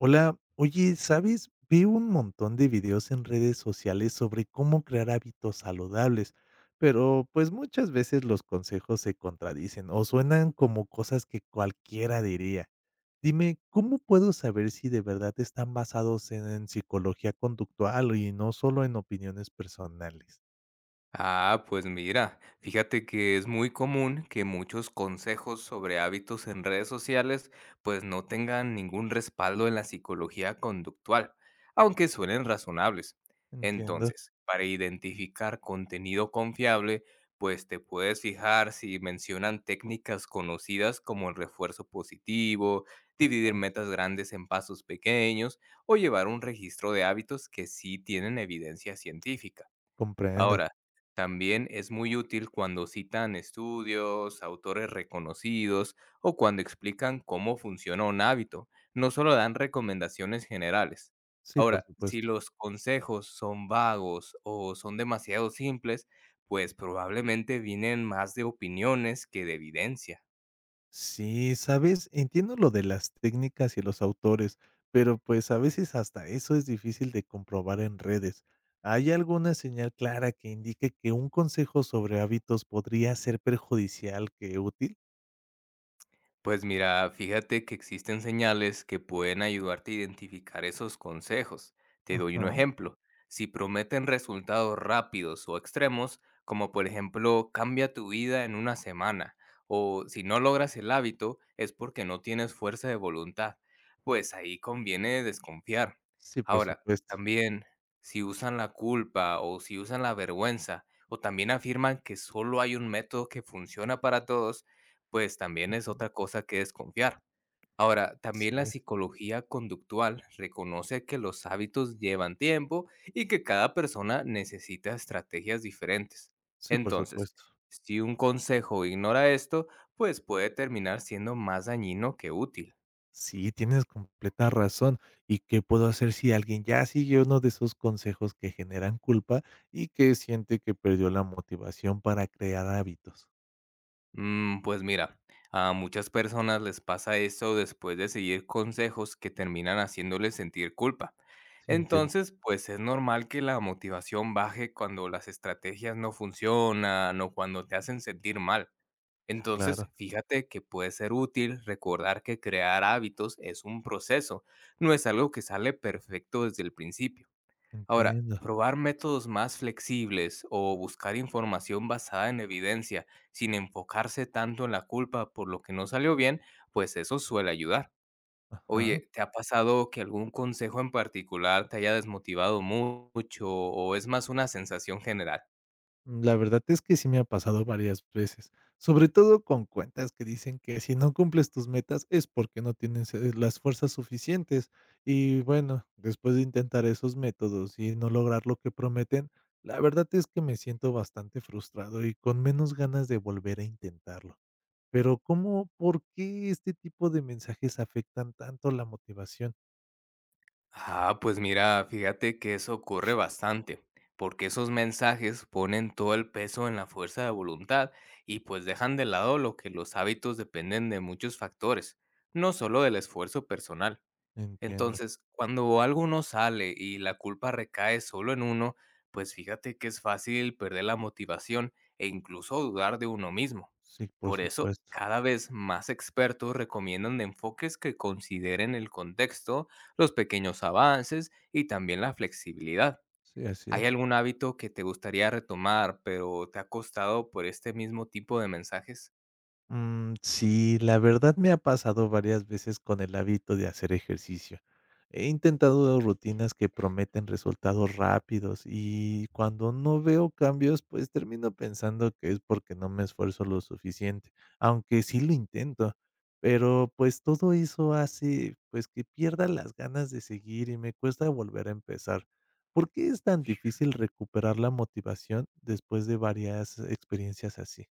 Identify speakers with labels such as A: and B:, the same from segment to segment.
A: Hola, oye, ¿sabes? Vi un montón de videos en redes sociales sobre cómo crear hábitos saludables, pero pues muchas veces los consejos se contradicen o suenan como cosas que cualquiera diría. Dime, ¿cómo puedo saber si de verdad están basados en psicología conductual y no solo en opiniones personales?
B: Ah, pues mira, fíjate que es muy común que muchos consejos sobre hábitos en redes sociales pues no tengan ningún respaldo en la psicología conductual, aunque suenen razonables.
A: Entiendo,
B: Entonces, para identificar contenido confiable, pues te puedes fijar si mencionan técnicas conocidas como el refuerzo positivo,
A: ah,
B: dividir metas grandes en pasos pequeños o llevar un registro de hábitos que sí tienen evidencia científica.
A: comprendo.
B: Ahora, también es muy útil cuando citan estudios, autores reconocidos o cuando explican cómo funciona un hábito. No solo dan recomendaciones generales.
A: Sí, por
B: Ahora, si
A: supuesto.
B: los consejos son vagos o son demasiado simples, pues probablemente vienen más de opiniones que de evidencia.
A: Sí, ¿sabes? Entiendo lo de las técnicas y los autores, pero pues a veces hasta eso es difícil de comprobar en redes. ¿Hay alguna señal clara que indique que un consejo sobre hábitos podría ser perjudicial que útil?
B: Pues mira, fíjate que existen señales que pueden ayudarte a identificar esos consejos. Te doy un
A: Ajá.
B: ejemplo. Si prometen resultados rápidos o extremos, como por ejemplo cambia tu vida en una semana, o si no logras el hábito es porque no tienes fuerza de voluntad, pues ahí conviene desconfiar.
A: Sí, por
B: Ahora,
A: supuesto.
B: también si usan la culpa o si usan la vergüenza, o también afirman que solo hay un método que funciona para todos, pues también es
A: Ujú.
B: otra cosa que desconfiar. Ahora, también
A: Sí,
B: la
A: es-
B: psicología conductual reconoce que los hábitos llevan tiempo y que cada persona necesita estrategias diferentes.
A: sí, por
B: Entonces,
A: supuesto.
B: si un consejo ignora esto, pues puede terminar siendo más dañino que útil.
A: Sí, tienes completa razón. ¿Y qué puedo hacer si alguien ya siguió uno de esos consejos que generan culpa y que siente que perdió la motivación para crear hábitos?
B: Pues mira, a muchas personas les pasa eso después de seguir consejos que terminan haciéndoles sentir culpa.
A: Sí, entiendo.
B: Entonces, pues es normal que la motivación baje cuando las estrategias no funcionan o cuando te hacen sentir mal. Entonces,
A: Claro,
B: fíjate que puede ser útil recordar que crear hábitos es un proceso, no es algo que sale perfecto desde el principio. Ahora,
A: entiendo.
B: probar métodos más flexibles o buscar información basada en evidencia sin enfocarse tanto en la culpa por lo que no salió bien, pues eso suele ayudar.
A: Ajá.
B: Oye, ¿te ha pasado que algún consejo en particular te haya desmotivado mucho o es más una sensación general?
A: La verdad es que sí me ha pasado varias veces, sobre todo con cuentas que dicen que si no cumples tus metas es porque no tienes las fuerzas suficientes. Y bueno, después de intentar esos métodos y no lograr lo que prometen, la verdad es que me siento bastante frustrado y con menos ganas de volver a intentarlo. Pero ¿cómo, por qué este tipo de mensajes afectan tanto la motivación?
B: Ah, pues mira, fíjate que eso ocurre bastante, porque esos mensajes ponen todo el peso en la fuerza de voluntad y pues dejan de lado lo que los hábitos dependen de muchos factores, no solo del esfuerzo personal.
A: Entiendo.
B: Entonces, cuando algo no sale y la culpa recae solo en uno, pues fíjate que es fácil perder la motivación e incluso dudar de uno mismo.
A: Sí, por
B: Por eso,
A: supuesto.
B: cada vez más expertos recomiendan enfoques que consideren el contexto, los pequeños avances y también la flexibilidad.
A: Sí, así
B: ¿Hay
A: es.
B: algún hábito que te gustaría retomar, pero te ha costado por este mismo tipo de mensajes?
A: Mm, sí, la verdad me ha pasado varias veces con el hábito de hacer ejercicio. He intentado rutinas que prometen resultados rápidos y cuando no veo cambios, pues termino pensando que es porque no me esfuerzo lo suficiente, aunque sí lo intento. Pero pues todo eso hace pues que pierda las ganas de seguir y me cuesta volver a empezar. ¿Por qué es tan difícil recuperar la motivación después de varias experiencias así?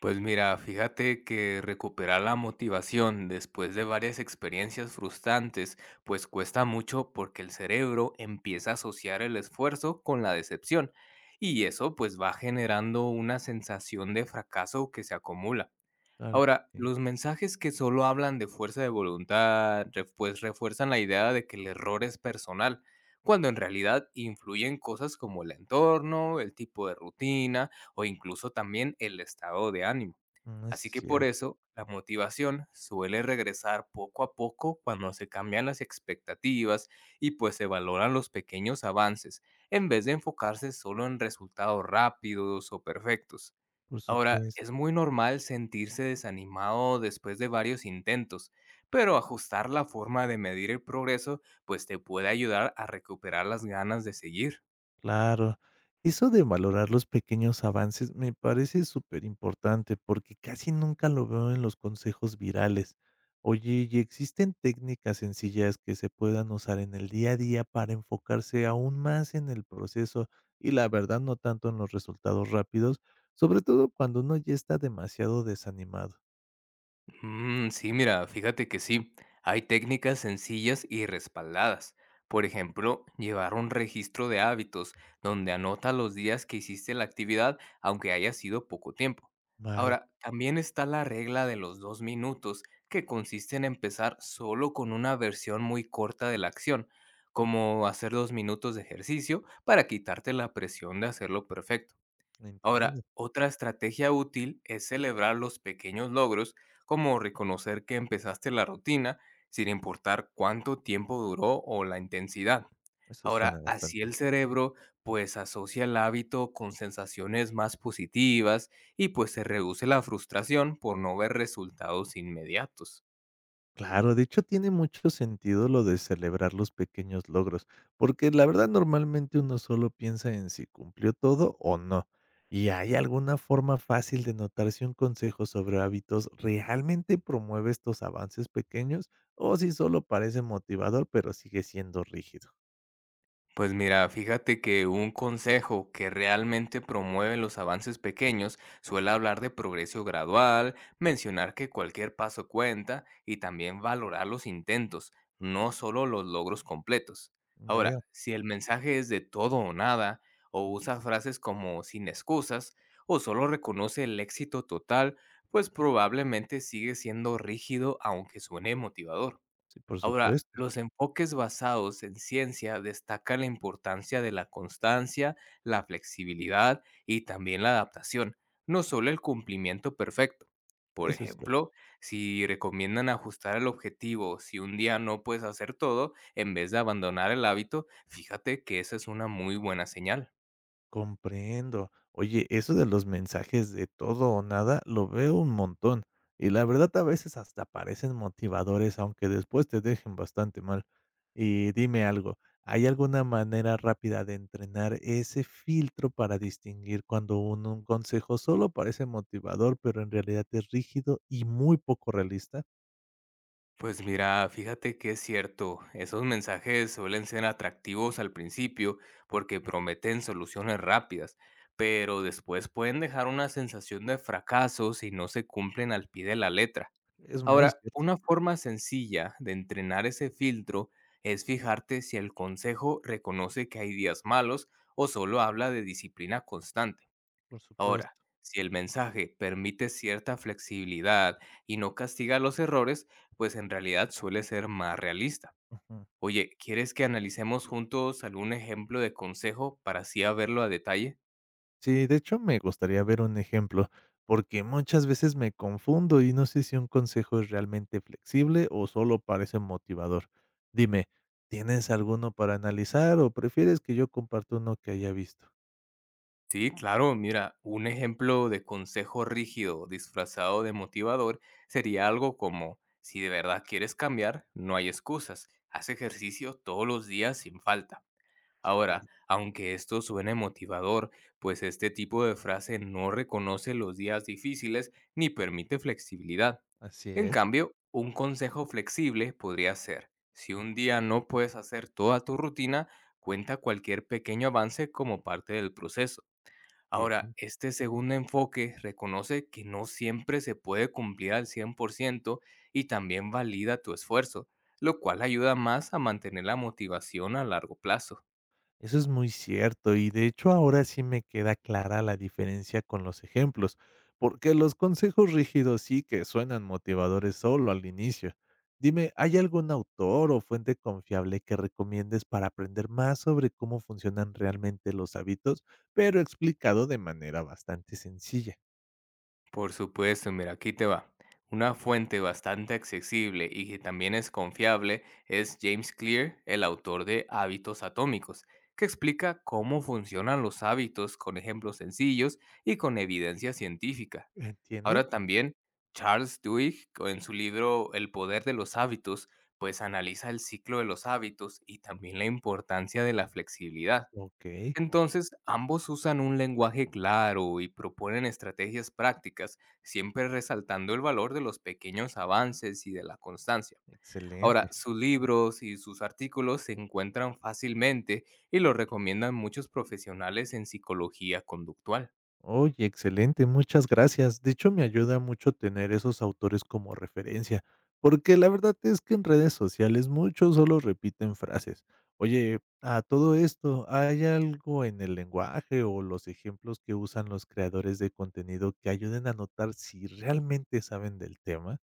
B: Pues mira, fíjate que recuperar la motivación después de varias experiencias frustrantes, pues cuesta mucho porque el cerebro empieza a asociar el esfuerzo con la decepción y eso pues va generando una sensación de fracaso que se acumula.
A: Claro.
B: Ahora, los mensajes que solo hablan de fuerza de voluntad, pues refuerzan la idea de que el error es personal, cuando en realidad influyen cosas como el entorno, el tipo de rutina o incluso también el estado de ánimo.
A: Mm, eso
B: Así
A: es
B: que por
A: cierto,
B: eso, la motivación suele regresar poco a poco cuando se cambian las expectativas y pues se valoran los pequeños avances, en vez de enfocarse solo en resultados rápidos o perfectos.
A: por
B: Ahora,
A: supuesto.
B: es muy normal sentirse desanimado después de varios intentos, pero ajustar la forma de medir el progreso pues te puede ayudar a recuperar las ganas de seguir.
A: Claro. Eso de valorar los pequeños avances me parece súper importante porque casi nunca lo veo en los consejos virales. Oye, ¿y existen técnicas sencillas que se puedan usar en el día a día para enfocarse aún más en el proceso y la verdad no tanto en los resultados rápidos, sobre todo cuando uno ya está demasiado desanimado?
B: Mm, sí, mira, fíjate que sí, hay técnicas sencillas y respaldadas. Por ejemplo, llevar un registro de hábitos donde anota los días que hiciste la actividad, aunque haya sido poco tiempo.
A: Vale,
B: Ahora, también está la regla de los dos minutos, que consiste en empezar solo con una versión muy corta de la acción, como hacer dos minutos de ejercicio para quitarte la presión de hacerlo perfecto. Ahora,
A: entiendo.
B: otra estrategia útil es celebrar los pequeños logros, como reconocer que empezaste la rutina sin importar cuánto tiempo duró o la intensidad.
A: Eso suena
B: Ahora, así
A: bastante
B: el
A: bien.
B: cerebro pues asocia el hábito con sensaciones más positivas y pues se reduce la frustración por no ver resultados inmediatos.
A: Claro, de hecho tiene mucho sentido lo de celebrar los pequeños logros, porque la verdad normalmente uno solo piensa en si cumplió todo o no. ¿Y hay alguna forma fácil de notar si un consejo sobre hábitos realmente promueve estos avances pequeños o si solo parece motivador pero sigue siendo rígido?
B: Pues mira, fíjate que un consejo que realmente promueve los avances pequeños suele hablar de progreso gradual, mencionar que cualquier paso cuenta y también valorar los intentos, no solo los logros completos.
A: Ya veo,
B: Ahora, si el mensaje es de todo o nada, o usa frases como sin excusas, o solo reconoce el éxito total, pues probablemente sigue siendo rígido aunque suene motivador.
A: sí, por
B: Ahora,
A: supuesto,
B: los enfoques basados en ciencia destacan la importancia de la constancia, la flexibilidad y también la adaptación, no solo el cumplimiento perfecto. Por
A: eso es cierto.
B: ejemplo, si recomiendan ajustar el objetivo, si un día no puedes hacer todo, en vez de abandonar el hábito, fíjate que esa es una muy buena señal.
A: Comprendo. Oye, eso de los mensajes de todo o nada lo veo un montón. Y la verdad a veces hasta parecen motivadores, aunque después te dejen bastante mal. Y dime algo, ¿hay alguna manera rápida de entrenar ese filtro para distinguir cuando un consejo solo parece motivador, pero en realidad es rígido y muy poco realista?
B: Pues mira, fíjate que es cierto, esos mensajes suelen ser atractivos al principio porque prometen soluciones rápidas, pero después pueden dejar una sensación de fracaso si no se cumplen al pie de la letra.
A: Es muy
B: Ahora,
A: cierto,
B: una forma sencilla de entrenar ese filtro es fijarte si el consejo reconoce que hay días malos o solo habla de disciplina constante.
A: por
B: Ahora,
A: supuesto.
B: si el mensaje permite cierta flexibilidad y no castiga los errores, pues en realidad suele ser más realista.
A: Ujú.
B: Oye, ¿quieres que analicemos juntos algún ejemplo de consejo para así a verlo a detalle?
A: Sí, de hecho, me gustaría ver un ejemplo, porque muchas veces me confundo y no sé si un consejo es realmente flexible o solo parece motivador. Dime, ¿tienes alguno para analizar o prefieres que yo comparta uno que haya visto?
B: Sí, claro, mira, un ejemplo de consejo rígido disfrazado de motivador sería algo como, si de verdad quieres cambiar, no hay excusas, haz ejercicio todos los días sin falta.
A: Claro.
B: Ahora, aunque esto suene motivador, pues este tipo de frase no reconoce los días difíciles ni permite flexibilidad.
A: Así
B: En
A: es.
B: cambio, un consejo flexible podría ser, si un día no puedes hacer toda tu rutina, cuenta cualquier pequeño avance como parte del proceso.
A: Bien.
B: Ahora, este segundo enfoque reconoce que no siempre se puede cumplir al 100% y también valida tu esfuerzo, lo cual ayuda más a mantener la motivación a largo plazo.
A: Eso es muy cierto y de hecho ahora sí me queda clara la diferencia con los ejemplos, porque los consejos rígidos sí que suenan motivadores solo al inicio. Dime, ¿hay algún autor o fuente confiable que recomiendes para aprender más sobre cómo funcionan realmente los hábitos, pero explicado de manera bastante sencilla?
B: Por supuesto, mira, aquí te va. Una fuente bastante accesible y que también es confiable es James Clear, el autor de Hábitos Atómicos, que explica cómo funcionan los hábitos con ejemplos sencillos y con evidencia científica.
A: Entiendo.
B: Ahora también Charles Duhigg, en su libro El poder de los hábitos, pues analiza el ciclo de los hábitos y también la importancia de la flexibilidad.
A: Ok,
B: Entonces, ambos usan un lenguaje claro y proponen estrategias prácticas, siempre resaltando el valor de los pequeños avances y de la constancia. Ahora,
A: excelente.
B: sus libros y sus artículos se encuentran fácilmente y los recomiendan muchos profesionales en psicología conductual.
A: Oye, excelente, muchas gracias. De hecho, me ayuda mucho tener esos autores como referencia, porque la verdad es que en redes sociales muchos solo repiten frases. Oye, a todo esto, ¿hay algo en el lenguaje o los ejemplos que usan los creadores de contenido que ayuden a notar si realmente saben del tema?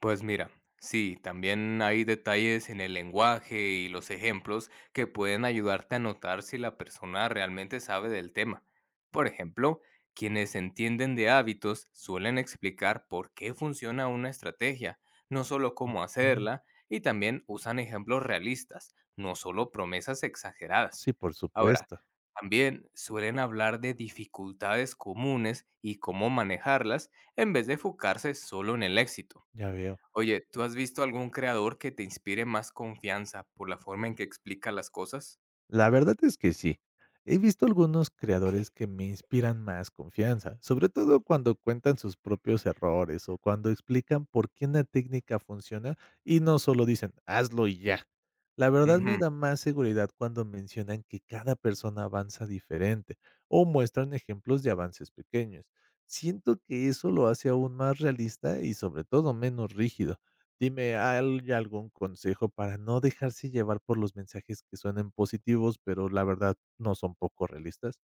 B: Pues mira, sí, también hay detalles en el lenguaje y los ejemplos que pueden ayudarte a notar si la persona realmente sabe del tema. Por ejemplo, quienes entienden de hábitos suelen explicar por qué funciona una estrategia, no solo cómo
A: Ok,
B: hacerla, y también usan ejemplos realistas, no solo promesas exageradas.
A: sí, por
B: Ahora,
A: supuesto,
B: también suelen hablar de dificultades comunes y cómo manejarlas en vez de enfocarse solo en el éxito.
A: ya veo.
B: Oye, ¿tú has visto algún creador que te inspire más confianza por la forma en que explica las cosas?
A: La verdad es que sí. He visto algunos creadores que me inspiran más confianza, sobre todo cuando cuentan sus propios errores o cuando explican por qué una técnica funciona y no solo dicen, hazlo y ya. La verdad me
B: Ujú.
A: da más seguridad cuando mencionan que cada persona avanza diferente o muestran ejemplos de avances pequeños. Siento que eso lo hace aún más realista y sobre todo menos rígido. Dime, ¿hay algún consejo para no dejarse llevar por los mensajes que suenan positivos, pero la verdad no son poco realistas?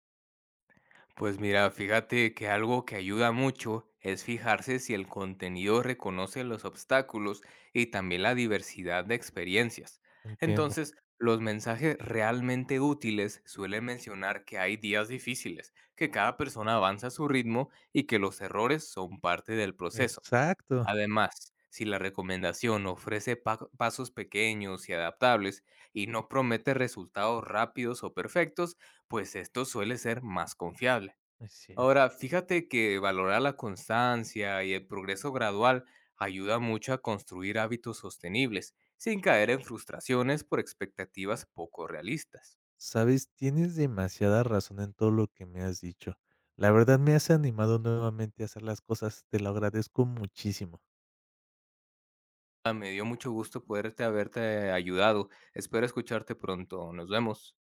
B: Pues mira, fíjate que algo que ayuda mucho es fijarse si el contenido reconoce los obstáculos y también la diversidad de experiencias.
A: Entiendo.
B: Entonces, los mensajes realmente útiles suelen mencionar que hay días difíciles, que cada persona avanza a su ritmo y que los errores son parte del proceso.
A: Exacto.
B: Además, si la recomendación ofrece pasos pequeños y adaptables y no promete resultados rápidos o perfectos, pues esto suele ser más confiable.
A: Es cierto.
B: Ahora, fíjate que valorar la constancia y el progreso gradual ayuda mucho a construir hábitos sostenibles, sin caer en frustraciones por expectativas poco realistas.
A: Sabes, tienes demasiada razón en todo lo que me has dicho. La verdad me has animado nuevamente a hacer las cosas, te lo agradezco muchísimo.
B: Ah, me dio mucho gusto poderte haberte ayudado. Espero escucharte pronto. Nos vemos.